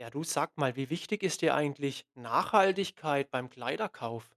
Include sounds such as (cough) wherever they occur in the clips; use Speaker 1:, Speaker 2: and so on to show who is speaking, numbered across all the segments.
Speaker 1: Ja, du sag mal, wie wichtig ist dir eigentlich Nachhaltigkeit beim Kleiderkauf?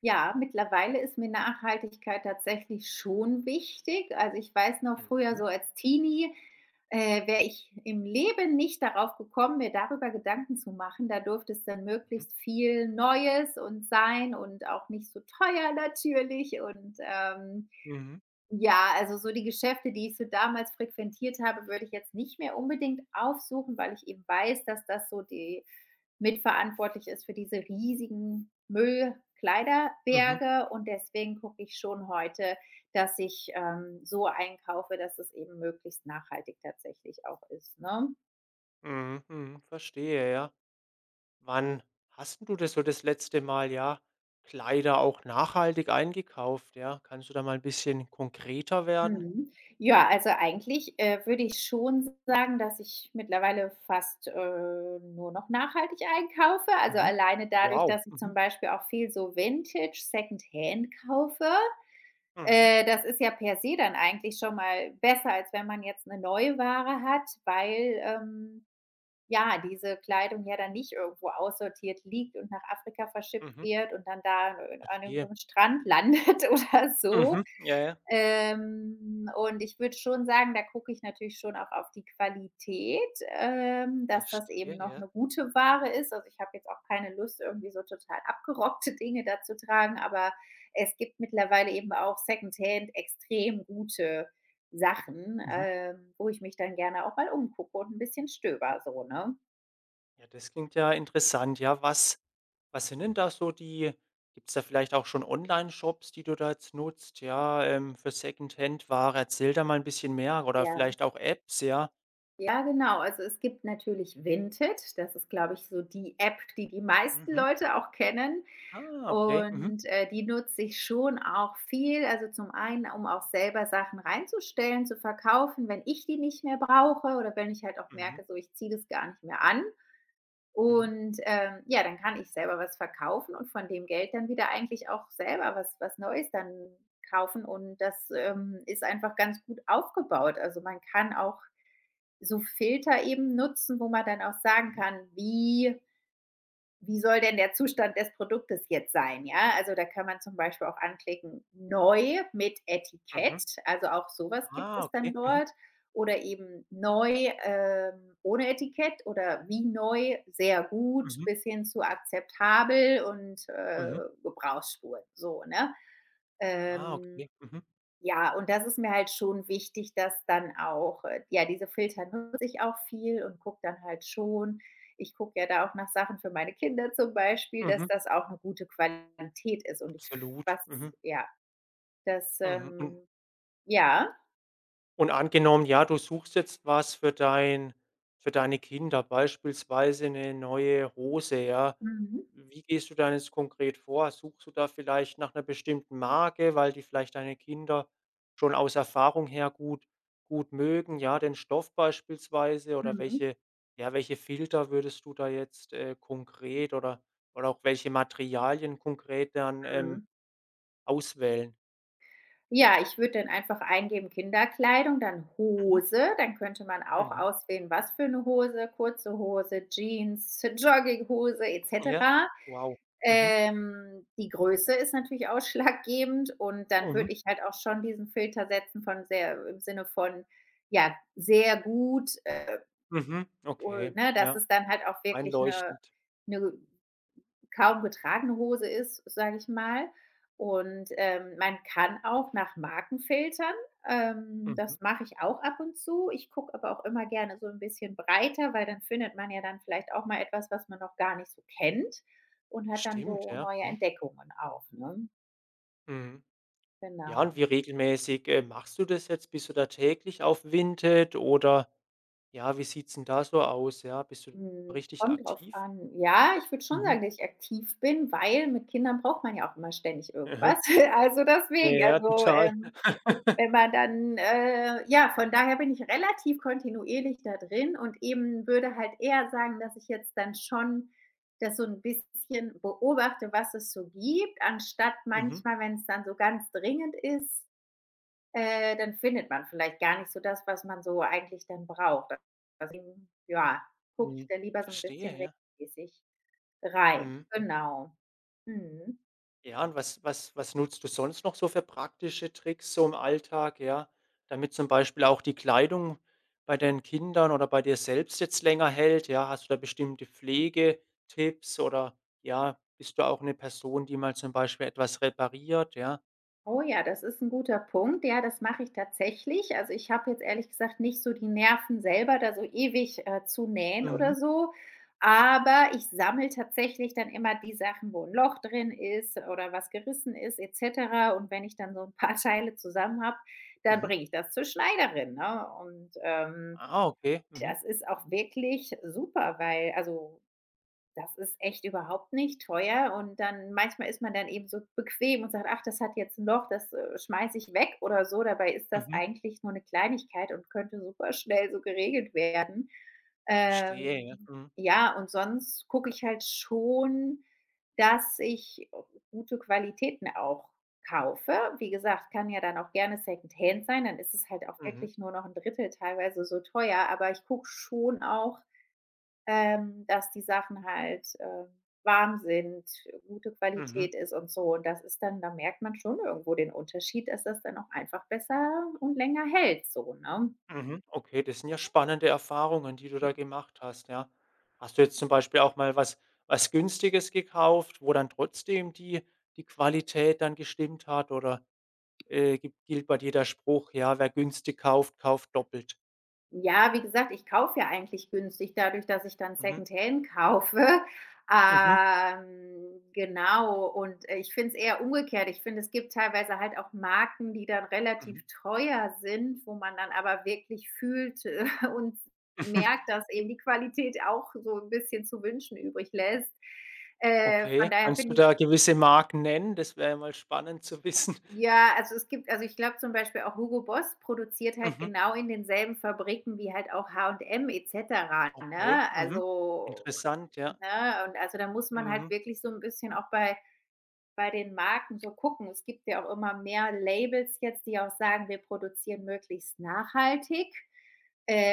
Speaker 2: Ja, mittlerweile ist mir Nachhaltigkeit tatsächlich schon wichtig. Also, ich weiß noch früher
Speaker 1: Mhm.
Speaker 2: so als Teenie, wäre ich im Leben nicht darauf gekommen, mir darüber Gedanken zu machen. Da durfte es dann
Speaker 1: Mhm.
Speaker 2: möglichst viel Neues und sein und auch nicht so teuer natürlich. Ja, also so die Geschäfte, die ich so damals frequentiert habe, würde ich jetzt nicht mehr unbedingt aufsuchen, weil ich eben weiß, dass das so die mitverantwortlich ist für diese riesigen
Speaker 1: Mhm.
Speaker 2: Müllkleiderberge. Und deswegen gucke ich schon heute, dass ich so einkaufe, dass es eben möglichst nachhaltig tatsächlich auch ist. Ne?
Speaker 1: Mhm, mhm, verstehe, ja. Wann hast 'n du das so das letzte Mal, ja, Kleider auch nachhaltig eingekauft, ja? Kannst du da mal ein bisschen konkreter werden?
Speaker 2: Mhm. Ja, also eigentlich würde ich schon sagen, dass ich mittlerweile fast nur noch nachhaltig einkaufe. Also
Speaker 1: Mhm.
Speaker 2: alleine dadurch,
Speaker 1: Wow.
Speaker 2: dass ich zum
Speaker 1: Mhm.
Speaker 2: Beispiel auch viel so Vintage, Secondhand kaufe.
Speaker 1: Mhm,
Speaker 2: Das ist ja per se dann eigentlich schon mal besser, als wenn man jetzt 'ne neue Ware hat, weil, ja, diese Kleidung ja dann nicht irgendwo aussortiert liegt und nach Afrika verschippt
Speaker 1: mhm,
Speaker 2: wird und dann da an
Speaker 1: verstehe.
Speaker 2: irgendeinem Strand landet (laughs) oder so.
Speaker 1: Mhm. Ja, ja.
Speaker 2: Und ich würde schon sagen, da gucke ich natürlich schon auch auf die Qualität, dass das
Speaker 1: Verstehe,
Speaker 2: eben noch
Speaker 1: ja.
Speaker 2: eine gute Ware ist. Also, ich habe jetzt auch keine Lust, irgendwie so total abgerockte Dinge da zu tragen, aber es gibt mittlerweile eben auch secondhand extrem gute Sachen, wo ich mich dann gerne auch mal umgucke und ein bisschen stöber so, ne?
Speaker 1: Ja, das klingt ja interessant. Ja, was sind denn da so die gibt's da vielleicht auch schon Online-Shops, die du da jetzt nutzt, ja, für Secondhand-Ware? Erzähl da mal ein bisschen mehr oder
Speaker 2: Ja.
Speaker 1: vielleicht auch Apps, ja?
Speaker 2: Ja, genau. Also, es gibt natürlich Vinted. Das ist, glaube ich, so die App, die die meisten
Speaker 1: Mhm.
Speaker 2: Leute auch kennen
Speaker 1: Ah, okay. Mhm.
Speaker 2: und, die nutze ich schon auch viel. Also, zum einen, um auch selber Sachen reinzustellen, zu verkaufen, wenn ich die nicht mehr brauche oder wenn ich halt auch
Speaker 1: Mhm.
Speaker 2: merke, so, ich ziehe das gar nicht mehr an
Speaker 1: Mhm.
Speaker 2: und, ja, dann kann ich selber was verkaufen und von dem Geld dann wieder eigentlich auch selber was Neues dann kaufen und das, ist einfach ganz gut aufgebaut. Also, man kann auch so Filter eben nutzen, wo man dann auch sagen
Speaker 1: Mhm.
Speaker 2: kann, wie soll denn der Zustand des Produktes jetzt sein? Ja, also da kann man zum Beispiel auch anklicken, neu mit Etikett,
Speaker 1: Mhm.
Speaker 2: also auch sowas gibt
Speaker 1: Ah,
Speaker 2: es dann
Speaker 1: okay. Mhm.
Speaker 2: dort. Oder eben neu ohne Etikett oder wie neu, sehr gut,
Speaker 1: Mhm.
Speaker 2: bis hin zu akzeptabel und
Speaker 1: Mhm.
Speaker 2: Gebrauchsspuren. So, ne?
Speaker 1: Ah,
Speaker 2: Ähm,
Speaker 1: okay. Mhm.
Speaker 2: ja, und das ist mir halt schon wichtig, dass dann auch ja, diese Filter nutze ich auch viel und gucke dann halt schon ich gucke ja da auch nach Sachen für meine Kinder zum Beispiel, dass
Speaker 1: Mhm.
Speaker 2: das auch eine gute Qualität ist und ich was
Speaker 1: Absolut. Mhm.
Speaker 2: ja, das,
Speaker 1: Mhm. Und
Speaker 2: ja.
Speaker 1: angenommen, ja, du suchst jetzt was für deine Kinder, beispielsweise eine neue Hose, ja.
Speaker 2: Mhm.
Speaker 1: Wie gehst du dann jetzt konkret vor? Suchst du da vielleicht nach einer bestimmten Marke, weil die vielleicht deine Kinder schon aus Erfahrung her gut mögen, ja, den Stoff beispielsweise oder
Speaker 2: Mhm.
Speaker 1: welche ja, welche Filter würdest du da jetzt, konkret oder auch welche Materialien konkret dann,
Speaker 2: Mhm.
Speaker 1: auswählen?
Speaker 2: Ja, ich würde dann einfach eingeben Kinderkleidung, dann
Speaker 1: Mhm,
Speaker 2: Hose, dann könnte man auch
Speaker 1: mhm,
Speaker 2: auswählen, was für eine Hose, kurze Hose, Jeans, Jogginghose et
Speaker 1: Ja,
Speaker 2: cetera.
Speaker 1: wow. Mhm,
Speaker 2: Die Größe ist natürlich (laughs) ausschlaggebend und dann
Speaker 1: mhm.
Speaker 2: würde ich halt auch schon diesen Filter setzen von sehr im Sinne von, ja, sehr gut,
Speaker 1: Mhm,
Speaker 2: u
Speaker 1: okay,
Speaker 2: ne, dass
Speaker 1: ja,
Speaker 2: es dann halt auch wirklich 'ne
Speaker 1: einleuchtend.
Speaker 2: 'ne kaum getragene Hose ist, sage ich mal. Und, man kann auch nach Marken filtern.
Speaker 1: Mhm.
Speaker 2: Das mache ich auch ab und zu. Ich gucke aber auch immer gerne so ein bisschen breiter, weil dann findet man ja dann vielleicht auch mal etwas, was man noch gar nicht so kennt und hat dann
Speaker 1: Stimmt,
Speaker 2: so
Speaker 1: ja.
Speaker 2: neue
Speaker 1: Mhm.
Speaker 2: Entdeckungen auch, ne?
Speaker 1: Mhm. Ja, und
Speaker 2: Genau.
Speaker 1: wie regelmäßig, machst du das jetzt? Bist du da täglich auf Vinted oder ja, wie sieht's denn da so aus? Ja, bist du
Speaker 2: Mhm,
Speaker 1: richtig
Speaker 2: kommt drauf
Speaker 1: aktiv?
Speaker 2: an. Ja, ich würde schon
Speaker 1: Mhm.
Speaker 2: sagen, dass ich aktiv bin, weil mit Kindern braucht man ja auch immer ständig irgendwas.
Speaker 1: (laughs)
Speaker 2: (laughs) Also,
Speaker 1: Mhm. Ja,
Speaker 2: deswegen,
Speaker 1: ja,
Speaker 2: also,
Speaker 1: total. (laughs)
Speaker 2: wenn man dann ja, von daher bin ich relativ kontinuierlich da drin und eben würde halt eher sagen, dass ich jetzt dann schon das so ein bisschen beobachte, was es so gibt, anstatt
Speaker 1: Mhm.
Speaker 2: manchmal, wenn es dann so ganz dringend ist, dann findet man vielleicht gar nicht so das, was man so eigentlich dann braucht. Deswegen, ja, gucke ich
Speaker 1: Mhm.
Speaker 2: da lieber so ein bisschen
Speaker 1: Verstehe, ja.
Speaker 2: regelmäßig rein.
Speaker 1: Mhm.
Speaker 2: Genau. Mhm.
Speaker 1: Ja, und was nutzt du sonst noch so für praktische Tricks so im Alltag, ja, damit zum Beispiel auch die Kleidung bei deinen Kindern oder bei dir selbst jetzt länger hält, ja? Hast du da bestimmte
Speaker 2: Mhm.
Speaker 1: Pflegetipps oder, ja, bist du auch eine Person, die mal zum Beispiel etwas repariert, ja?
Speaker 2: Oh ja, das ist ein guter Punkt. Ja, das mache ich tatsächlich. Also, ich habe jetzt ehrlich gesagt nicht so die Nerven selber, da so ewig, zu nähen oder
Speaker 1: Mhm,
Speaker 2: so, aber ich sammle tatsächlich dann immer die Sachen, wo ein Loch drin ist oder was gerissen ist et cetera. Und wenn ich dann so ein paar (laughs) Teile zusammen habe, dann
Speaker 1: mhm.
Speaker 2: bringe ich das zur Schneiderin, ne? Und,
Speaker 1: Ah, okay. Mhm,
Speaker 2: das ist auch wirklich super, weil also, das ist echt überhaupt nicht teuer und dann manchmal ist man dann eben so bequem und sagt: „Ach, das hat jetzt 'n Loch, das, schmeiße ich weg oder so.“ Dabei ist das
Speaker 1: mhm.
Speaker 2: eigentlich nur eine Kleinigkeit und könnte super schnell so geregelt werden.
Speaker 1: Verstehe, ja.
Speaker 2: Ähm,
Speaker 1: Mhm,
Speaker 2: ja, und sonst gucke ich halt schon, dass ich gute Qualitäten auch kaufe. Wie gesagt, kann ja dann auch gerne Secondhand sein, dann ist es halt auch
Speaker 1: mhm,
Speaker 2: wirklich nur noch ein Drittel teilweise so teuer, aber ich gucke schon auch dass die Sachen halt, warm sind, gute
Speaker 1: mhm.
Speaker 2: Qualität ist und so. Und das ist dann da merkt man schon irgendwo den Unterschied, dass das dann auch einfach besser und länger hält so, ne?
Speaker 1: Mhm, okay, das sind ja spannende Erfahrungen, die du da gemacht hast, ja. Hast du jetzt zum Beispiel auch mal was Günstiges gekauft, wo dann trotzdem die Qualität dann gestimmt hat oder, gi gilt bei dir der Spruch: „Ja, wer günstig kauft, kauft doppelt.“
Speaker 2: Ja, wie gesagt, ich kaufe ja eigentlich günstig dadurch, dass ich dann
Speaker 1: Mhm,
Speaker 2: Secondhand kaufe.
Speaker 1: mhm,
Speaker 2: Genau, und, ich finde es eher umgekehrt. Ich finde, es gibt teilweise halt auch Marken, die dann
Speaker 1: mhm,
Speaker 2: relativ
Speaker 1: mhm.
Speaker 2: teuer sind, wo man dann aber wirklich fühlt, (laughs) und
Speaker 1: (laughs)
Speaker 2: merkt, dass eben die Qualität auch so ein bisschen zu wünschen übrig lässt. Von
Speaker 1: Okay,
Speaker 2: daher
Speaker 1: kannst du
Speaker 2: finde ich
Speaker 1: da gewisse Marken nennen? Das wäre ja mal spannend zu wissen. (laughs)
Speaker 2: ja, also es gibt also ich glaube zum Beispiel auch Hugo Boss produziert halt
Speaker 1: Mhm,
Speaker 2: genau in denselben Fabriken wie halt auch H und M et cetera,
Speaker 1: okay,
Speaker 2: ne?
Speaker 1: mhm.
Speaker 2: Also,
Speaker 1: Interessant, ja.
Speaker 2: ne? Und also da muss man halt
Speaker 1: Mhm,
Speaker 2: wirklich so ein bisschen auch bei den Marken so gucken. Es gibt ja auch immer mehr Labels jetzt, die auch sagen, wir produzieren möglichst nachhaltig.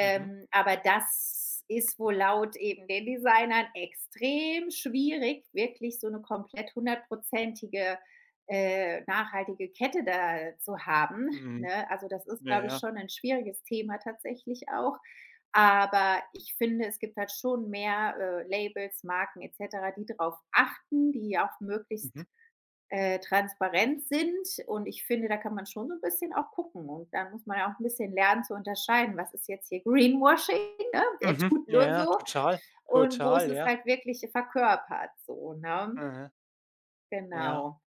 Speaker 1: mhm,
Speaker 2: Aber das ist wohl laut eben den Designern extrem schwierig, wirklich so eine komplett hundertprozentige, nachhaltige Kette da zu haben,
Speaker 1: mhm.
Speaker 2: ne? Also, das ist,
Speaker 1: Ja,
Speaker 2: glaube ich,
Speaker 1: ja.
Speaker 2: schon ein schwieriges Thema tatsächlich auch. Aber ich finde, es gibt halt schon mehr, Labels, Marken et cetera, die darauf achten, die auch möglichst
Speaker 1: Mhm.
Speaker 2: transparent sind und ich finde, da kann man schon so ein bisschen auch gucken und dann muss man ja auch ein bisschen lernen zu unterscheiden, was ist jetzt hier Greenwashing, ne? Wer
Speaker 1: Mhm.
Speaker 2: tut nur
Speaker 1: Ja,
Speaker 2: so
Speaker 1: total,
Speaker 2: und wo ist
Speaker 1: total,
Speaker 2: es
Speaker 1: ja.
Speaker 2: halt wirklich verkörpert so, ne?
Speaker 1: Mhm. Ja.
Speaker 2: Genau.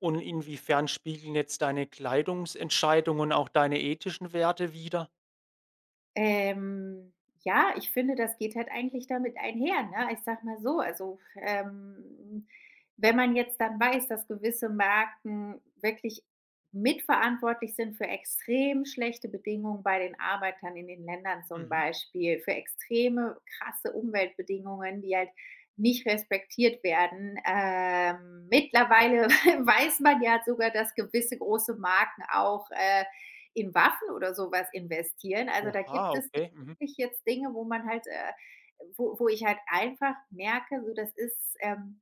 Speaker 1: Und inwiefern spiegeln jetzt deine Kleidungsentscheidungen und auch deine ethischen Werte wider?
Speaker 2: Ähm, ja, ich finde, das geht halt eigentlich damit einher, ne? Ich sag mal so, also, wenn man jetzt dann weiß, dass gewisse Marken wirklich mitverantwortlich sind für extrem schlechte Bedingungen bei den Arbeitern in den Ländern zum
Speaker 1: Mhm.
Speaker 2: Beispiel, für extreme krasse Umweltbedingungen, die halt nicht respektiert werden. Mittlerweile (laughs) weiß man ja sogar, dass gewisse große Marken auch, in Waffen oder sowas investieren. Also, da gibt
Speaker 1: Oha,
Speaker 2: es ja
Speaker 1: okay. Mhm.
Speaker 2: wirklich jetzt Dinge, wo man halt, wo ich halt einfach merke, so das ist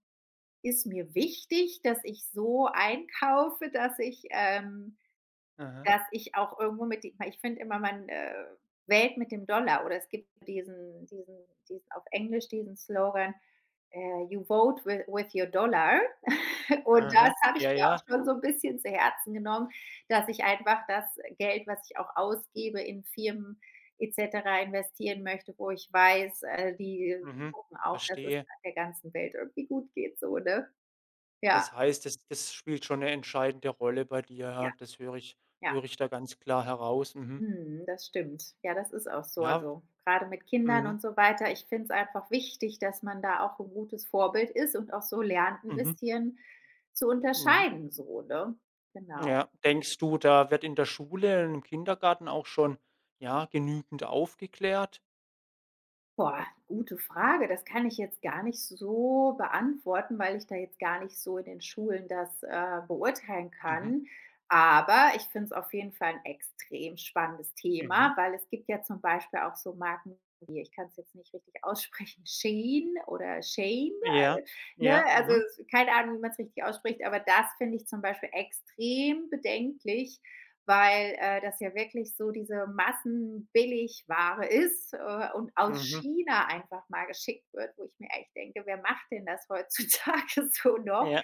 Speaker 2: ist mir wichtig, dass ich so einkaufe,
Speaker 1: Aha.
Speaker 2: dass ich auch irgendwo mit die ich finde immer, man, wählt mit dem Dollar oder es gibt diesen auf Englisch diesen Slogan, „You vote wi with your dollar.“ (laughs) Und das
Speaker 1: Aha.
Speaker 2: habe ich
Speaker 1: Ja,
Speaker 2: mir auch
Speaker 1: ja.
Speaker 2: schon so ein bisschen zu Herzen genommen, dass ich einfach das Geld, was ich auch ausgebe, in Firmen et cetera investieren möchte, wo ich weiß, die
Speaker 1: Mhm.
Speaker 2: gucken auch, dass es
Speaker 1: Verstehe.
Speaker 2: der ganzen Welt irgendwie gut geht so, ne? Ja,
Speaker 1: Das heißt, das spielt schon eine entscheidende Rolle bei dir,
Speaker 2: ja,
Speaker 1: ja. Das höre ich
Speaker 2: ja.
Speaker 1: höre ich da ganz klar heraus. Mhm.
Speaker 2: Mhm, das stimmt. Ja, das ist auch so.
Speaker 1: Ja.
Speaker 2: Also, gerade mit Kindern
Speaker 1: Mhm.
Speaker 2: und so weiter, ich finde es einfach wichtig, dass man da auch ein gutes Vorbild ist und auch so lernt, ein
Speaker 1: Mhm.
Speaker 2: bisschen zu
Speaker 1: Mhm.
Speaker 2: unterscheiden so, ne? Genau.
Speaker 1: Ja. Denkst du, da wird in der Schule, und im Kindergarten auch schon, ja, genügend aufgeklärt?
Speaker 2: Boah, gute Frage. Das kann ich jetzt gar nicht so beantworten, weil ich da jetzt gar nicht so in den Schulen das beurteilen
Speaker 1: Mhm.
Speaker 2: kann. Aber ich finde es auf jeden Fall ein extrem spannendes
Speaker 1: Mhm.
Speaker 2: Thema, weil es gibt ja zum Beispiel auch so Marken wie, ich kann es jetzt nicht richtig aussprechen, Shein oder Shane,
Speaker 1: Ja,
Speaker 2: äh, ne?
Speaker 1: ja,
Speaker 2: Also
Speaker 1: mhm,
Speaker 2: es- keine Ahnung, wie man es richtig ausspricht, aber das finde ich zum Beispiel extrem bedenklich, weil, das ja wirklich so diese Massenbilligware ist, und aus
Speaker 1: mhm,
Speaker 2: China einfach mal geschickt wird, wo ich mir echt denke: „Wer macht denn das heutzutage (laughs) so noch?“
Speaker 1: ja,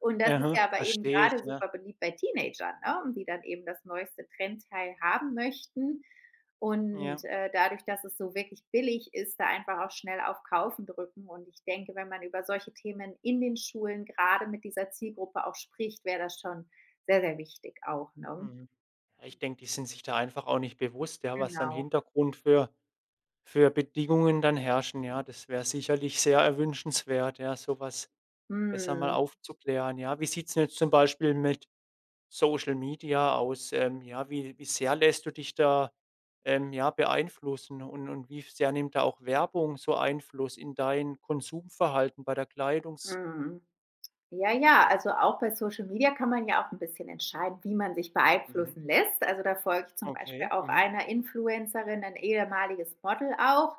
Speaker 2: Und das ist
Speaker 1: aha,
Speaker 2: ja aber eben
Speaker 1: verstehe ich,
Speaker 2: gerade
Speaker 1: ja,
Speaker 2: super beliebt bei Teenagern, ne, und die dann eben das neueste Trendteil haben möchten. Und,
Speaker 1: ja,
Speaker 2: dadurch, dass es so wirklich billig ist, da einfach auch schnell auf Kaufen drücken. Und ich denke, wenn man über solche Themen in den Schulen gerade mit dieser Zielgruppe auch spricht, wäre das schon sehr, sehr wichtig auch, ne?
Speaker 1: mhm. Ja, ich denke, die sind sich da einfach auch nicht bewusst, ja, was da im
Speaker 2: Genau.
Speaker 1: Hintergrund für Bedingungen dann herrschen, ja. Das wäre sicherlich sehr erwünschenswert, ja, sowas besser mal
Speaker 2: Mhm.
Speaker 1: aufzuklären, ja. Wie sieht's 'n jetzt zum Beispiel mit Social Media aus? Ja, wie sehr lässt du dich da, ja, beeinflussen und wie sehr nimmt da auch Werbung so Einfluss in dein Konsumverhalten bei der Kleidungs
Speaker 2: Mhm. Ja, ja, also auch bei Social Media kann man ja auch ein bisschen entscheiden, wie man sich
Speaker 1: mhm.
Speaker 2: beeinflussen lässt. Also, da folge ich zum Beispiel
Speaker 1: Okay,
Speaker 2: auch
Speaker 1: mhm.
Speaker 2: einer Influencerin, ein ehemaliges Model auch,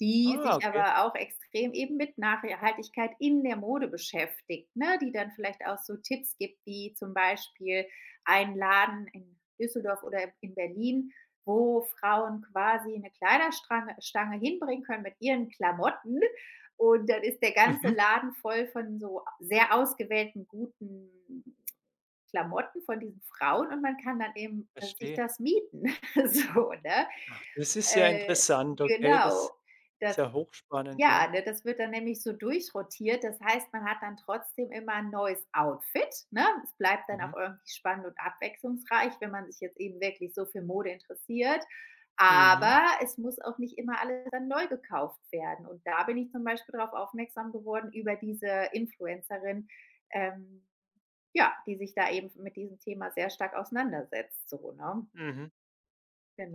Speaker 2: die
Speaker 1: Ah,
Speaker 2: sich
Speaker 1: okay.
Speaker 2: aber auch extrem eben mit Nachhaltigkeit in der Mode beschäftigt, ne? Die dann vielleicht auch so Tipps gibt, wie zum Beispiel ein Laden in Düsseldorf oder in Berlin, wo Frauen quasi eine Kleiderstange Stange hinbringen können mit ihren Klamotten. Und dann ist der ganze
Speaker 1: Mhm.
Speaker 2: Laden voll von so sehr ausgewählten guten Klamotten von diesen Frauen und man kann dann eben sich
Speaker 1: Verstehe.
Speaker 2: das mieten, (laughs) so, ne?
Speaker 1: Das ist ja
Speaker 2: Äh,
Speaker 1: interessant, okay,
Speaker 2: genau.
Speaker 1: das ist ja hochspannend,
Speaker 2: Ja,
Speaker 1: ja.
Speaker 2: ne, das wird dann nämlich so durchrotiert. Das heißt, man hat dann trotzdem immer ein neues Outfit, ne? Es bleibt dann auch
Speaker 1: Mhm.
Speaker 2: irgendwie spannend und abwechslungsreich, wenn man sich jetzt eben wirklich so für Mode interessiert.
Speaker 1: Mhm.
Speaker 2: Aber es muss auch nicht immer alles dann neu gekauft werden. Und da bin ich zum Beispiel darauf aufmerksam geworden über diese Influencerin, ähm, ja, die sich da eben mit diesem Thema sehr stark auseinandersetzt so, ne?
Speaker 1: Mhm.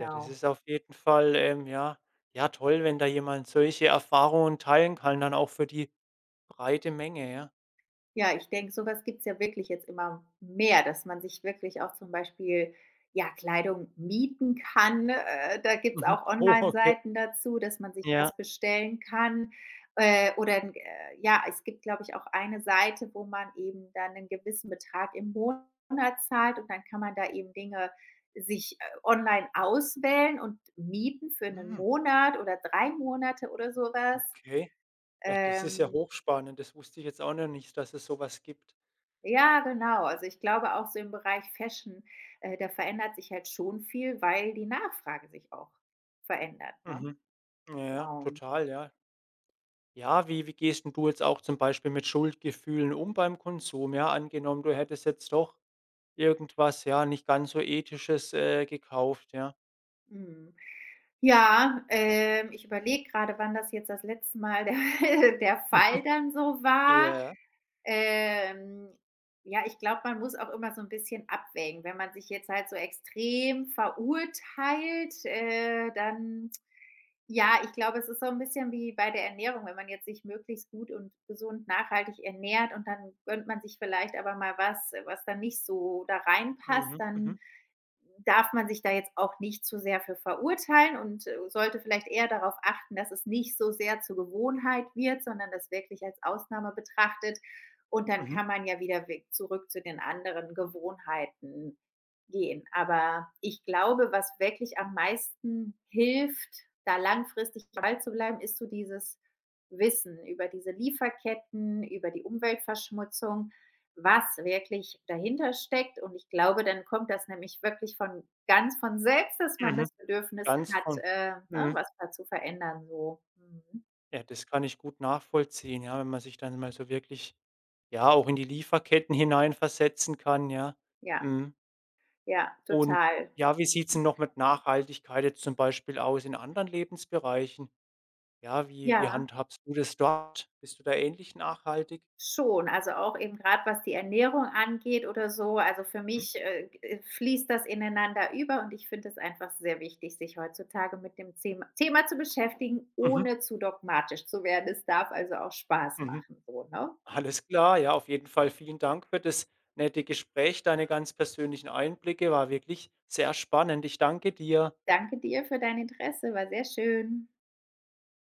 Speaker 1: Ja, das ist auf jeden Fall, ja ja, toll, wenn da jemand solche Erfahrungen teilen kann, dann auch für die breite Menge, ja.
Speaker 2: Ja, ich denke, sowas was gibt's ja wirklich jetzt immer mehr, dass man sich wirklich auch zum Beispiel, ja, Kleidung mieten kann. Da gibt's
Speaker 1: Mhm.
Speaker 2: auch
Speaker 1: Oh, okay.
Speaker 2: Online-Seiten dazu, dass man sich
Speaker 1: Ja.
Speaker 2: das bestellen kann. Oder 'n ja, es gibt, glaube ich, auch eine Seite, wo man eben dann einen gewissen Betrag im Monat zahlt und dann kann man da eben Dinge sich, online auswählen und mieten für einen
Speaker 1: Hm,
Speaker 2: Monat oder 3 Monate oder sowas.
Speaker 1: okay. Ja, das ist ja
Speaker 2: Ähm,
Speaker 1: hochspannend. Das wusste ich jetzt auch noch nicht, dass es sowas gibt.
Speaker 2: Ja, genau. Also, ich glaube auch so im Bereich Fashion, da verändert sich halt schon viel, weil die Nachfrage sich auch verändert, ne?
Speaker 1: Mhm. Ja,
Speaker 2: Genau.
Speaker 1: total, ja. Ja, wie gehst 'n du jetzt auch zum Beispiel mit Schuldgefühlen um beim Konsum? Ja, angenommen, du hättest jetzt doch irgendwas, ja, nicht ganz so Ethisches, gekauft, ja.
Speaker 2: Mhm. Ja, ich überlege gerade, wann das jetzt das letzte Mal der (laughs) der Fall
Speaker 1: Mhm.
Speaker 2: dann so war.
Speaker 1: Ja.
Speaker 2: Ähm, ja, ich glaube, man muss auch immer so ein bisschen abwägen. Wenn man sich jetzt halt so extrem verurteilt, dann ja, ich glaube, es ist so ein bisschen wie bei der Ernährung, wenn man jetzt sich möglichst gut und gesund nachhaltig ernährt und dann gönnt man sich vielleicht aber mal was, was dann nicht so da reinpasst,
Speaker 1: Mhm,
Speaker 2: dann
Speaker 1: mhm,
Speaker 2: darf man sich da jetzt auch nicht zu sehr für verurteilen und sollte vielleicht eher darauf achten, dass es nicht so sehr zur Gewohnheit wird, sondern das wirklich als Ausnahme betrachtet. Und dann
Speaker 1: mhm,
Speaker 2: kann man ja wieder zurück zu den anderen Gewohnheiten gehen. Aber ich glaube, was wirklich am meisten hilft, da langfristig am Ball zu bleiben, ist so dieses Wissen über diese Lieferketten, über die Umweltverschmutzung was wirklich dahinter steckt. Und ich glaube, dann kommt das nämlich wirklich von ganz von selbst, dass man
Speaker 1: mhm.
Speaker 2: das Bedürfnis
Speaker 1: Ganz
Speaker 2: hat,
Speaker 1: von
Speaker 2: ne,
Speaker 1: mhm.
Speaker 2: was da zu verändern, so. Mhm.
Speaker 1: Ja, das kann ich gut nachvollziehen, ja, wenn man sich dann mal so wirklich, ja, auch in die Lieferketten hineinversetzen kann, ja.
Speaker 2: Ja,
Speaker 1: Mhm.
Speaker 2: ja,
Speaker 1: Und
Speaker 2: total.
Speaker 1: ja, wie sieht's denn noch mit Nachhaltigkeit jetzt zum Beispiel aus in anderen Lebensbereichen? Ja, wie
Speaker 2: Ja,
Speaker 1: handhabst du das dort? Bist du da ähnlich nachhaltig?
Speaker 2: schon. Also, auch eben gerade, was die Ernährung angeht oder so. Also, für
Speaker 1: Mhm.
Speaker 2: mich, g fließt das ineinander über und ich finde es einfach sehr wichtig, sich heutzutage mit dem Zem Thema zu beschäftigen,
Speaker 1: Mhm,
Speaker 2: ohne zu dogmatisch zu werden. Es darf also auch Spaß
Speaker 1: mhm.
Speaker 2: machen so, ne?
Speaker 1: Alles klar, ja, auf jeden Fall vielen Dank für das nette Gespräch, deine ganz persönlichen Einblicke, war wirklich sehr spannend. Ich danke dir.
Speaker 2: Danke dir für dein Interesse, war sehr schön.